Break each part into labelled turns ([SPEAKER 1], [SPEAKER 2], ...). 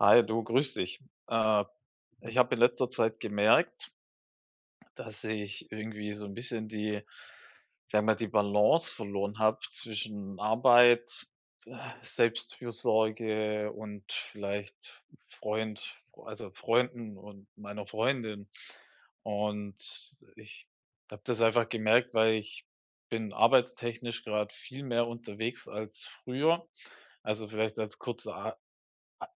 [SPEAKER 1] Hi, du, grüß dich. Äh, Ich habe in letzter Zeit gemerkt, dass ich irgendwie so ein bisschen die, sagen wir, die Balance verloren habe zwischen Arbeit, äh, Selbstfürsorge und vielleicht Freund also, Freunden und meiner Freundin. Und ich habe das einfach gemerkt, weil ich bin arbeitstechnisch gerade viel mehr unterwegs als früher. Also, vielleicht als kurzer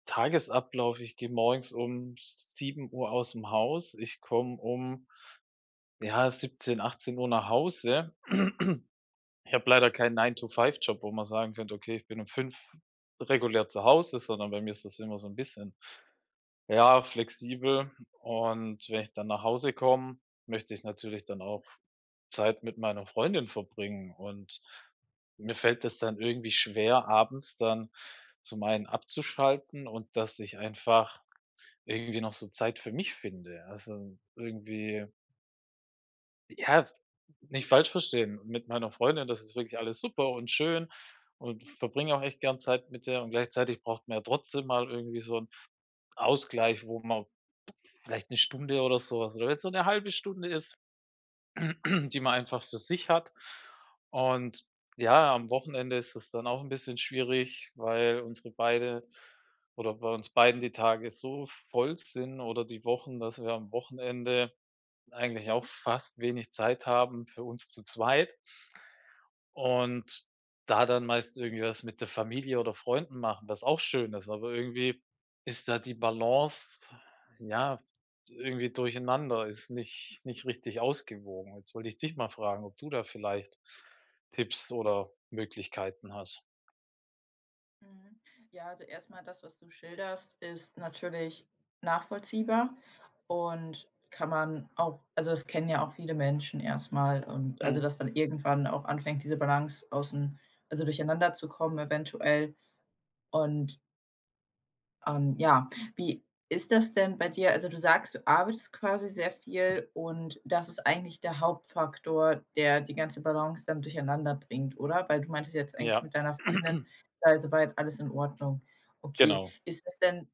[SPEAKER 1] Tagesablauf, ich gehe morgens um 7 Uhr aus dem Haus. Ich komme um, ja, 17, 18 Uhr nach Hause. Ich habe leider keinen Nine to Five job, wo man sagen könnte: „Okay, ich bin um 5 regulär zu Hause", sondern bei mir ist das immer so ein bisschen, ja, flexibel. Und wenn ich dann nach Hause komme, möchte ich natürlich dann auch Zeit mit meiner Freundin verbringen. Und mir fällt es dann irgendwie schwer, abends dann zum einen abzuschalten und dass ich einfach irgendwie noch so Zeit für mich finde. Also, irgendwie, ja, nicht falsch verstehen, mit meiner Freundin, das ist wirklich alles super und schön und verbringe auch echt gern Zeit mit der, und gleichzeitig braucht man ja trotzdem mal irgendwie so 'n Ausgleich, wo man vielleicht 1 Stunde oder so was oder wenn's nur 'ne 1/2 Stunde ist, die man einfach für sich hat. Und, ja, am Wochenende ist das dann auch 'n bisschen schwierig, weil unsere beide oder bei uns beiden die Tage so voll sind oder die Wochen, dass wir am Wochenende eigentlich auch fast wenig Zeit haben für uns zu zweit und da dann meist irgendwie was mit der Familie oder Freunden machen, was auch schön ist, aber irgendwie ist da die Balance, ja, irgendwie durcheinander, ist nicht richtig ausgewogen. Jetzt wollte ich dich mal fragen, ob du da vielleicht Tipps oder Möglichkeiten hast.
[SPEAKER 2] Mhm. Ja, also erstmal das, was du schilderst, ist natürlich nachvollziehbar und kann man auch also, das kennen ja auch viele Menschen erstmal und also,
[SPEAKER 1] Mhm.
[SPEAKER 2] dass dann irgendwann auch anfängt, diese Balance außen also, durcheinander zu kommen eventuell und ja, wie ist das denn bei dir? Also, du sagst, du arbeitest quasi sehr viel und das ist eigentlich der Hauptfaktor, der die ganze Balance dann durcheinander bringt, oder? Weil du meintest jetzt eigentlich
[SPEAKER 1] Ja,
[SPEAKER 2] mit deiner Freundin sei soweit alles in Ordnung. Okay,
[SPEAKER 1] genau.
[SPEAKER 2] ist das denn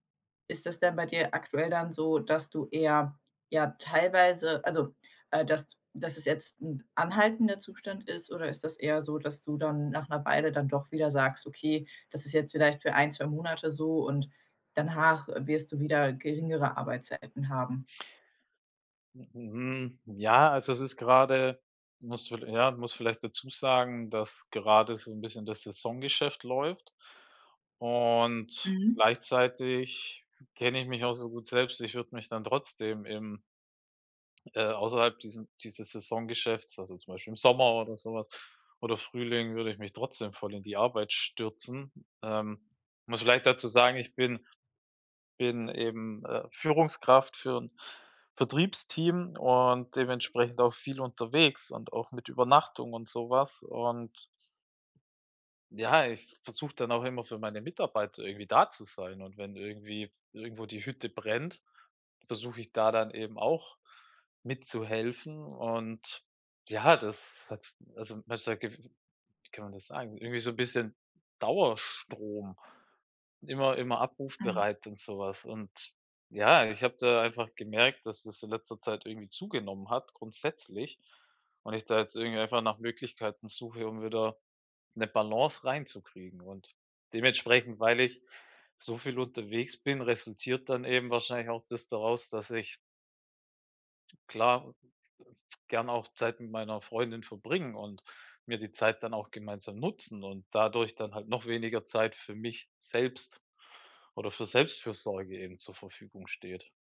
[SPEAKER 2] ist das denn bei dir aktuell dann so, dass du eher ja teilweise also, äh, dass dass es jetzt ein anhaltender Zustand ist oder ist das eher so, dass du dann nach einer Weile dann doch wieder sagst: „Okay, das ist jetzt vielleicht für 1, 2 Monate so und danach wirst du wieder geringere Arbeitszeiten haben.
[SPEAKER 1] Mhm. Mhm. Ja, also es ist gerade, muss vielleicht dazu sagen, dass gerade so ein bisschen das Saisongeschäft läuft und
[SPEAKER 2] Mhm.
[SPEAKER 1] gleichzeitig kenne ich mich auch so gut selbst, ich würde mich dann trotzdem im, außerhalb diesem dieses Saisongeschäfts, also zum Beispiel im Sommer oder sowas oder Frühling würde ich mich trotzdem voll in die Arbeit stürzen. Ähm, muss vielleicht dazu sagen, ich bin eben, Führungskraft für ein Vertriebsteam und dementsprechend auch viel unterwegs und auch mit Übernachtung und sowas. Und, ja, ich versuche dann auch immer für meine Mitarbeiter irgendwie da zu sein. Und wenn irgendwie irgendwo die Hütte brennt, versuche ich da dann eben auch mitzuhelfen. Und, ja, das hat, also man ist ja wie kann man das sagen? Irgendwie so ein bisschen Dauerstrom. Immer
[SPEAKER 2] Mhm.
[SPEAKER 1] abrufbereit und sowas. Und, ja, ich habe da einfach gemerkt, dass das in letzter Zeit irgendwie zugenommen hat, grundsätzlich. Und ich da jetzt irgendwie einfach nach Möglichkeiten suche, um wieder eine Balance reinzukriegen. Und dementsprechend, weil ich so viel unterwegs bin, resultiert dann eben wahrscheinlich auch das daraus, dass ich, klar, gern auch Zeit mit meiner Freundin verbringen und mir die Zeit dann auch gemeinsam nutzen und dadurch dann halt noch weniger Zeit für mich selbst oder für Selbstfürsorge eben zur Verfügung steht.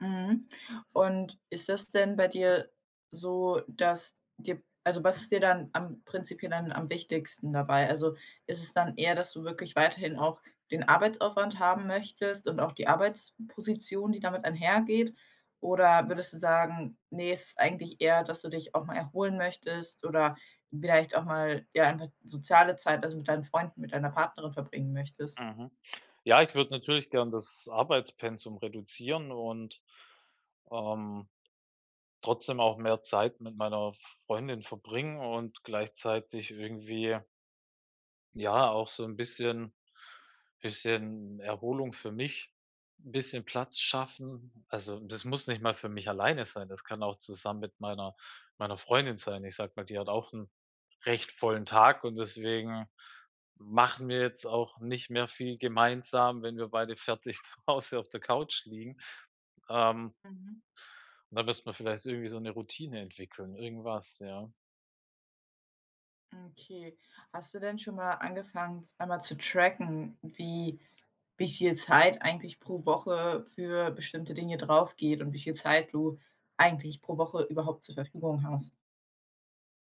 [SPEAKER 2] Mhm. Und ist das denn bei dir so, dass dir also, was ist dir dann am prinzipiell dann am wichtigsten dabei? Also, ist es dann eher, dass du wirklich weiterhin auch den Arbeitsaufwand haben möchtest und auch die Arbeitsposition, die damit einhergeht? Oder würdest du sagen: nee, es ist eigentlich eher, dass du dich auch mal erholen möchtest oder vielleicht auch mal, ja, einfach soziale Zeit, also, mit deinen Freunden, mit deiner Partnerin verbringen möchtest?“
[SPEAKER 1] Mhm. Ja, ich würde natürlich gern das Arbeitspensum reduzieren und, ähm, trotzdem auch mehr Zeit mit meiner Freundin verbringen und gleichzeitig irgendwie, ja, auch so ein bisschen Erholung für mich, 'n bisschen Platz schaffen. Also, das muss nicht mal für mich alleine sein, das kann auch zusammen mit meiner Freundin sein. Ich sag mal, die hat auch einen recht vollen Tag und deswegen machen wir jetzt auch nicht mehr viel gemeinsam, wenn wir beide fertig zu Hause auf der Couch liegen. Ähm,
[SPEAKER 2] Mhm.
[SPEAKER 1] und da müsste man vielleicht irgendwie so eine Routine entwickeln, irgendwas, ja.
[SPEAKER 2] Okay. Hast du denn schon mal angefangen, einmal zu tracken, wie viel Zeit eigentlich pro Woche für bestimmte Dinge drauf geht und wie viel Zeit du eigentlich pro Woche überhaupt zur Verfügung hast?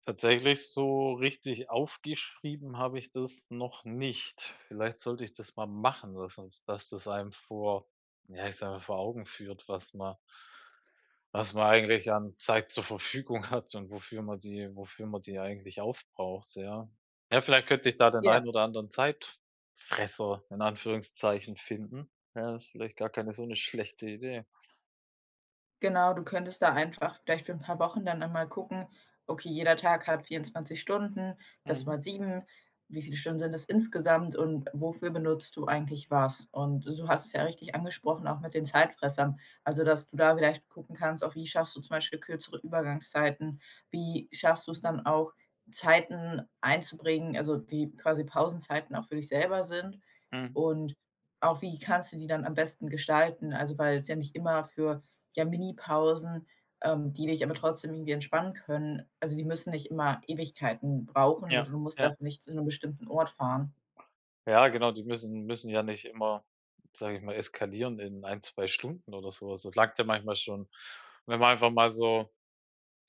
[SPEAKER 1] Tatsächlich so richtig aufgeschrieben habe ich das noch nicht. Vielleicht sollte ich das mal machen, dass uns dass das einem vor, ja, ich sage mal, vor Augen führt, was man, eigentlich an Zeit zur Verfügung hat und wofür man die eigentlich aufbraucht, ja. Ja, vielleicht könnte ich da den
[SPEAKER 2] Ja.
[SPEAKER 1] einen oder anderen Zeitfresser in Anführungszeichen finden. Ja, das ist vielleicht gar keine so eine schlechte Idee.
[SPEAKER 2] Genau, du könntest da einfach vielleicht für ein paar Wochen dann einmal gucken, okay, jeder Tag hat 24 Stunden, das
[SPEAKER 1] Mhm,
[SPEAKER 2] mal 7. Wie viele Stunden sind das insgesamt und wofür benutzt du eigentlich was? Und so hast du es ja richtig angesprochen, auch mit den Zeitfressern. Also, dass du da vielleicht gucken kannst, auch wie schaffst du zum Beispiel kürzere Übergangszeiten? Wie schaffst du es dann auch, Zeiten einzubringen, also, die quasi Pausenzeiten auch für dich selber sind?
[SPEAKER 1] mhm.
[SPEAKER 2] Und auch, wie kannst du die dann am besten gestalten? Also, weil es ja nicht immer für ja, Minipausen, die dich aber trotzdem irgendwie entspannen können. Also, die müssen nicht immer Ewigkeiten brauchen
[SPEAKER 1] Ja,
[SPEAKER 2] oder du musst
[SPEAKER 1] ja.
[SPEAKER 2] dafür nicht zu einem bestimmten Ort fahren.
[SPEAKER 1] Ja, genau, die müssen ja nicht immer, sage ich mal, eskalieren in ein 2 Stunden oder so. Das langt ja manchmal schon, wenn man einfach mal so,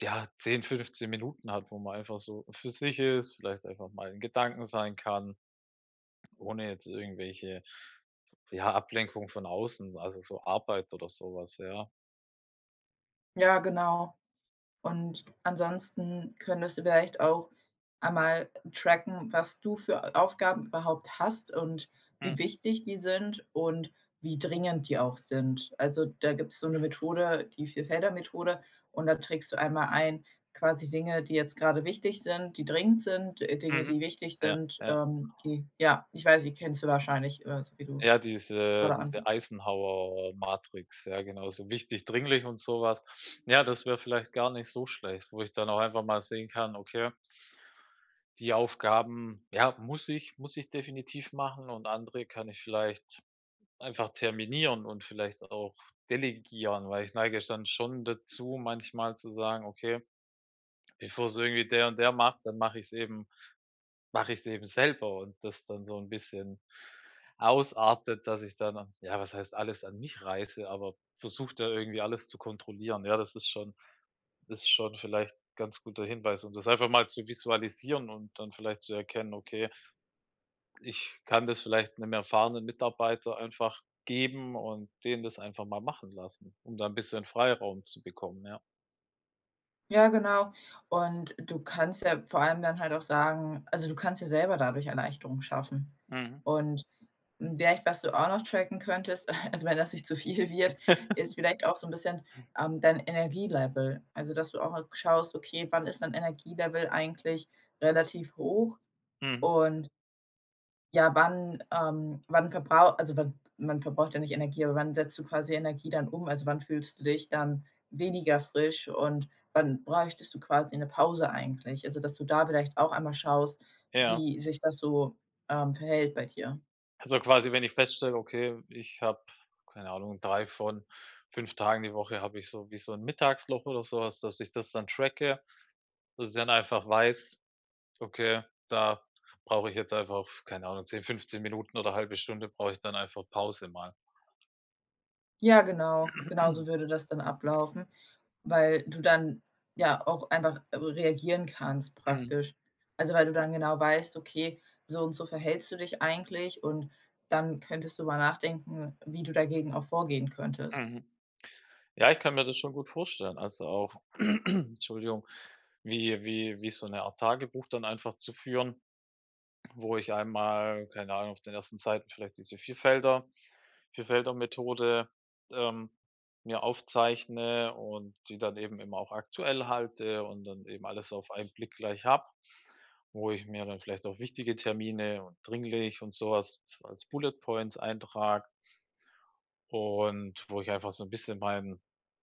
[SPEAKER 1] ja, 10, 15 Minuten hat, wo man einfach so für sich ist, vielleicht einfach mal in Gedanken sein kann, ohne jetzt irgendwelche, ja, Ablenkung von außen, also so Arbeit oder sowas, ja.
[SPEAKER 2] Ja, genau. Und ansonsten könntest du vielleicht auch einmal tracken, was du für Aufgaben überhaupt hast und wie
[SPEAKER 1] Mhm,
[SPEAKER 2] wichtig die sind und wie dringend die auch sind. Also da gibt es so eine Methode, die Vierfelder-Methode, und da trägst du einmal ein, quasi Dinge, die jetzt gerade wichtig sind, die dringend sind, Dinge,
[SPEAKER 1] mhm.
[SPEAKER 2] die wichtig
[SPEAKER 1] Ja,
[SPEAKER 2] sind,
[SPEAKER 1] ja.
[SPEAKER 2] die, ja, ich weiß, die kennst du wahrscheinlich, so wie du
[SPEAKER 1] Ja, diese
[SPEAKER 2] gerade an
[SPEAKER 1] diese Eisenhower-Matrix, ja, genau, so wichtig, dringlich und sowas. Ja, das wäre vielleicht gar nicht so schlecht, wo ich dann auch einfach mal sehen kann, okay, die Aufgaben, ja, muss ich definitiv machen und andere kann ich vielleicht einfach terminieren und vielleicht auch delegieren, weil ich neige dann schon dazu, manchmal zu sagen: „Okay, bevor es irgendwie der und der macht, dann mache ich es eben selber und das dann so ein bisschen ausartet, dass ich dann, ja, was heißt alles an mich reiße, aber versuche da irgendwie alles zu kontrollieren. Ja, das ist schon vielleicht ganz guter Hinweis, um das einfach mal zu visualisieren und dann vielleicht zu erkennen: „Okay, ich kann das vielleicht einem erfahrenen Mitarbeiter einfach geben und den das einfach mal machen lassen", um da ein bisschen Freiraum zu bekommen, ja.
[SPEAKER 2] Ja, genau. Und du kannst ja vor allem dann halt auch sagen also, du kannst ja selber dadurch Erleichterung schaffen.
[SPEAKER 1] Mhm.
[SPEAKER 2] Und, vielleicht, was du auch noch tracken könntest, also, wenn das nicht zu viel wird, ist vielleicht auch so ein bisschen, dein Energielevel. Also, dass du auch mal schaust: „Okay, wann ist dein Energielevel eigentlich relativ hoch?“
[SPEAKER 1] Mhm.
[SPEAKER 2] Und ja, wann, wann man verbraucht ja nicht Energie, aber wann setzt du quasi Energie dann um? Also, wann fühlst du dich dann weniger frisch und wann bräuchtest du quasi eine Pause eigentlich? Also, dass du da vielleicht auch einmal schaust,
[SPEAKER 1] Ja.
[SPEAKER 2] wie sich das so, verhält bei dir.
[SPEAKER 1] Also quasi, wenn ich feststelle, okay, ich habe, keine Ahnung, 3 von 5 Tagen die Woche habe ich so wie so ein Mittagsloch oder so was, dass ich das dann tracke, dass ich dann einfach weiß: „Okay, da brauche ich jetzt einfach, keine Ahnung, 10, 15 Minuten oder halbe Stunde brauche ich dann einfach Pause mal."
[SPEAKER 2] Ja, genau. Genau so würde das dann ablaufen. Weil du dann ja auch einfach reagieren kannst
[SPEAKER 1] Mhm,
[SPEAKER 2] praktisch. Also, weil du dann genau weißt: „Okay, so und so verhältst du dich eigentlich“ und dann könntest du mal nachdenken, wie du dagegen auch vorgehen könntest.
[SPEAKER 1] mhm. Ja, ich kann mir das schon gut vorstellen. Also auch Entschuldigung, wie so eine Art Tagebuch dann einfach zu führen, wo ich einmal, keine Ahnung, auf den ersten Seiten vielleicht diese Vierfelder-Methode, ähm, mir aufzeichne und die dann eben immer auch aktuell halte und dann eben alles auf einen Blick gleich habe, wo ich mir dann vielleicht auch wichtige Termine und dringlich und sowas als Bullet Points eintrage und wo ich einfach so ein bisschen mein,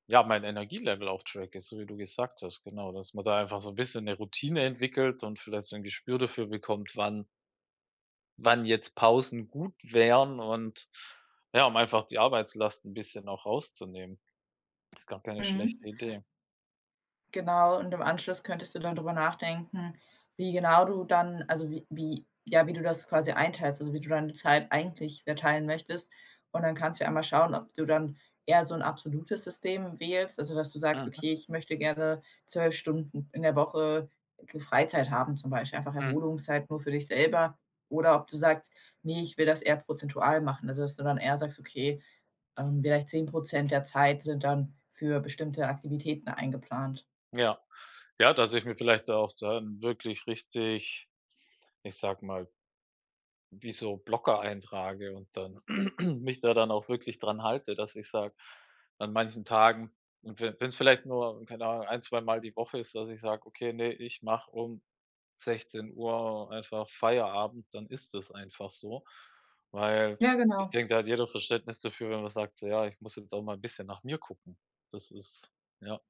[SPEAKER 1] ja, mein Energielevel auch tracke, so wie du gesagt hast, genau, dass man da einfach so ein bisschen eine Routine entwickelt und vielleicht so ein Gespür dafür bekommt, wann jetzt Pausen gut wären und, ja, um einfach die Arbeitslast ein bisschen auch rauszunehmen. Ist gar keine
[SPEAKER 2] Mhm.
[SPEAKER 1] schlechte Idee.
[SPEAKER 2] Genau, und im Anschluss könntest du dann drüber nachdenken, wie genau du dann also, wie wie ja, wie du das quasi einteilst, also, wie du deine Zeit eigentlich verteilen möchtest. Und dann kannst du ja einmal schauen, ob du dann eher so ein absolutes System wählst, also, dass du sagst:
[SPEAKER 1] Mhm,
[SPEAKER 2] „Okay, ich möchte gerne 12 Stunden in der Woche g Freizeit haben“, zum Beispiel, einfach
[SPEAKER 1] mhm.
[SPEAKER 2] Erholungszeit nur für dich selber. Oder ob du sagst: nee ich will das eher prozentual machen“, also, dass du dann eher sagst: „Okay, vielleicht 10% der Zeit sind dann für bestimmte Aktivitäten eingeplant.“
[SPEAKER 1] Ja. Ja, dass ich mir vielleicht auch dann wirklich richtig, ich sag mal, wie so Blocker eintrage und dann mich da dann auch wirklich dran halte, dass ich sage, an manchen Tagen und we wenn's vielleicht nur, keine Ahnung, ein zweimal die Woche ist, dass ich sage: „Okay, nee, ich mache um 16 Uhr einfach Feierabend, dann ist es einfach so. Weil
[SPEAKER 2] Ja,
[SPEAKER 1] ich
[SPEAKER 2] genau.
[SPEAKER 1] denke, da hat jeder Verständnis dafür, wenn man sagt: „So, ja, ich muss jetzt auch mal ein bisschen nach mir gucken." Das ist, ja,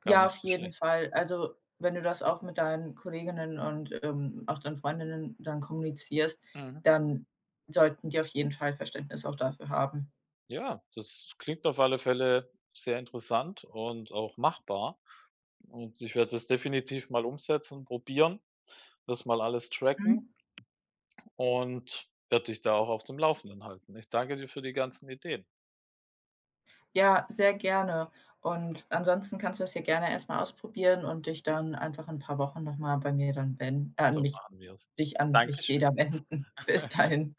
[SPEAKER 1] gar
[SPEAKER 2] Ja, auf
[SPEAKER 1] nicht so
[SPEAKER 2] jeden
[SPEAKER 1] schlecht.
[SPEAKER 2] Fall. Also, wenn du das auch mit deinen Kolleginnen und, auch deinen Freundinnen dann kommunizierst,
[SPEAKER 1] Mhm.
[SPEAKER 2] dann sollten die auf jeden Fall Verständnis auch dafür haben.
[SPEAKER 1] Ja, das klingt auf alle Fälle sehr interessant und auch machbar. Und ich werde das definitiv mal umsetzen, probieren, das mal alles tracken
[SPEAKER 2] Mhm.
[SPEAKER 1] und werde dich da auch auf dem Laufenden halten. Ich danke dir für die ganzen Ideen.
[SPEAKER 2] Ja, sehr gerne. Und ansonsten kannst du das ja gerne erst mal ausprobieren und dich dann einfach in 'n paar Wochen noch mal bei mir dann wenden an
[SPEAKER 1] So
[SPEAKER 2] mich
[SPEAKER 1] machen wir's.
[SPEAKER 2] dich an mich
[SPEAKER 1] Dankeschön.
[SPEAKER 2] wieder wenden. Bis dahin.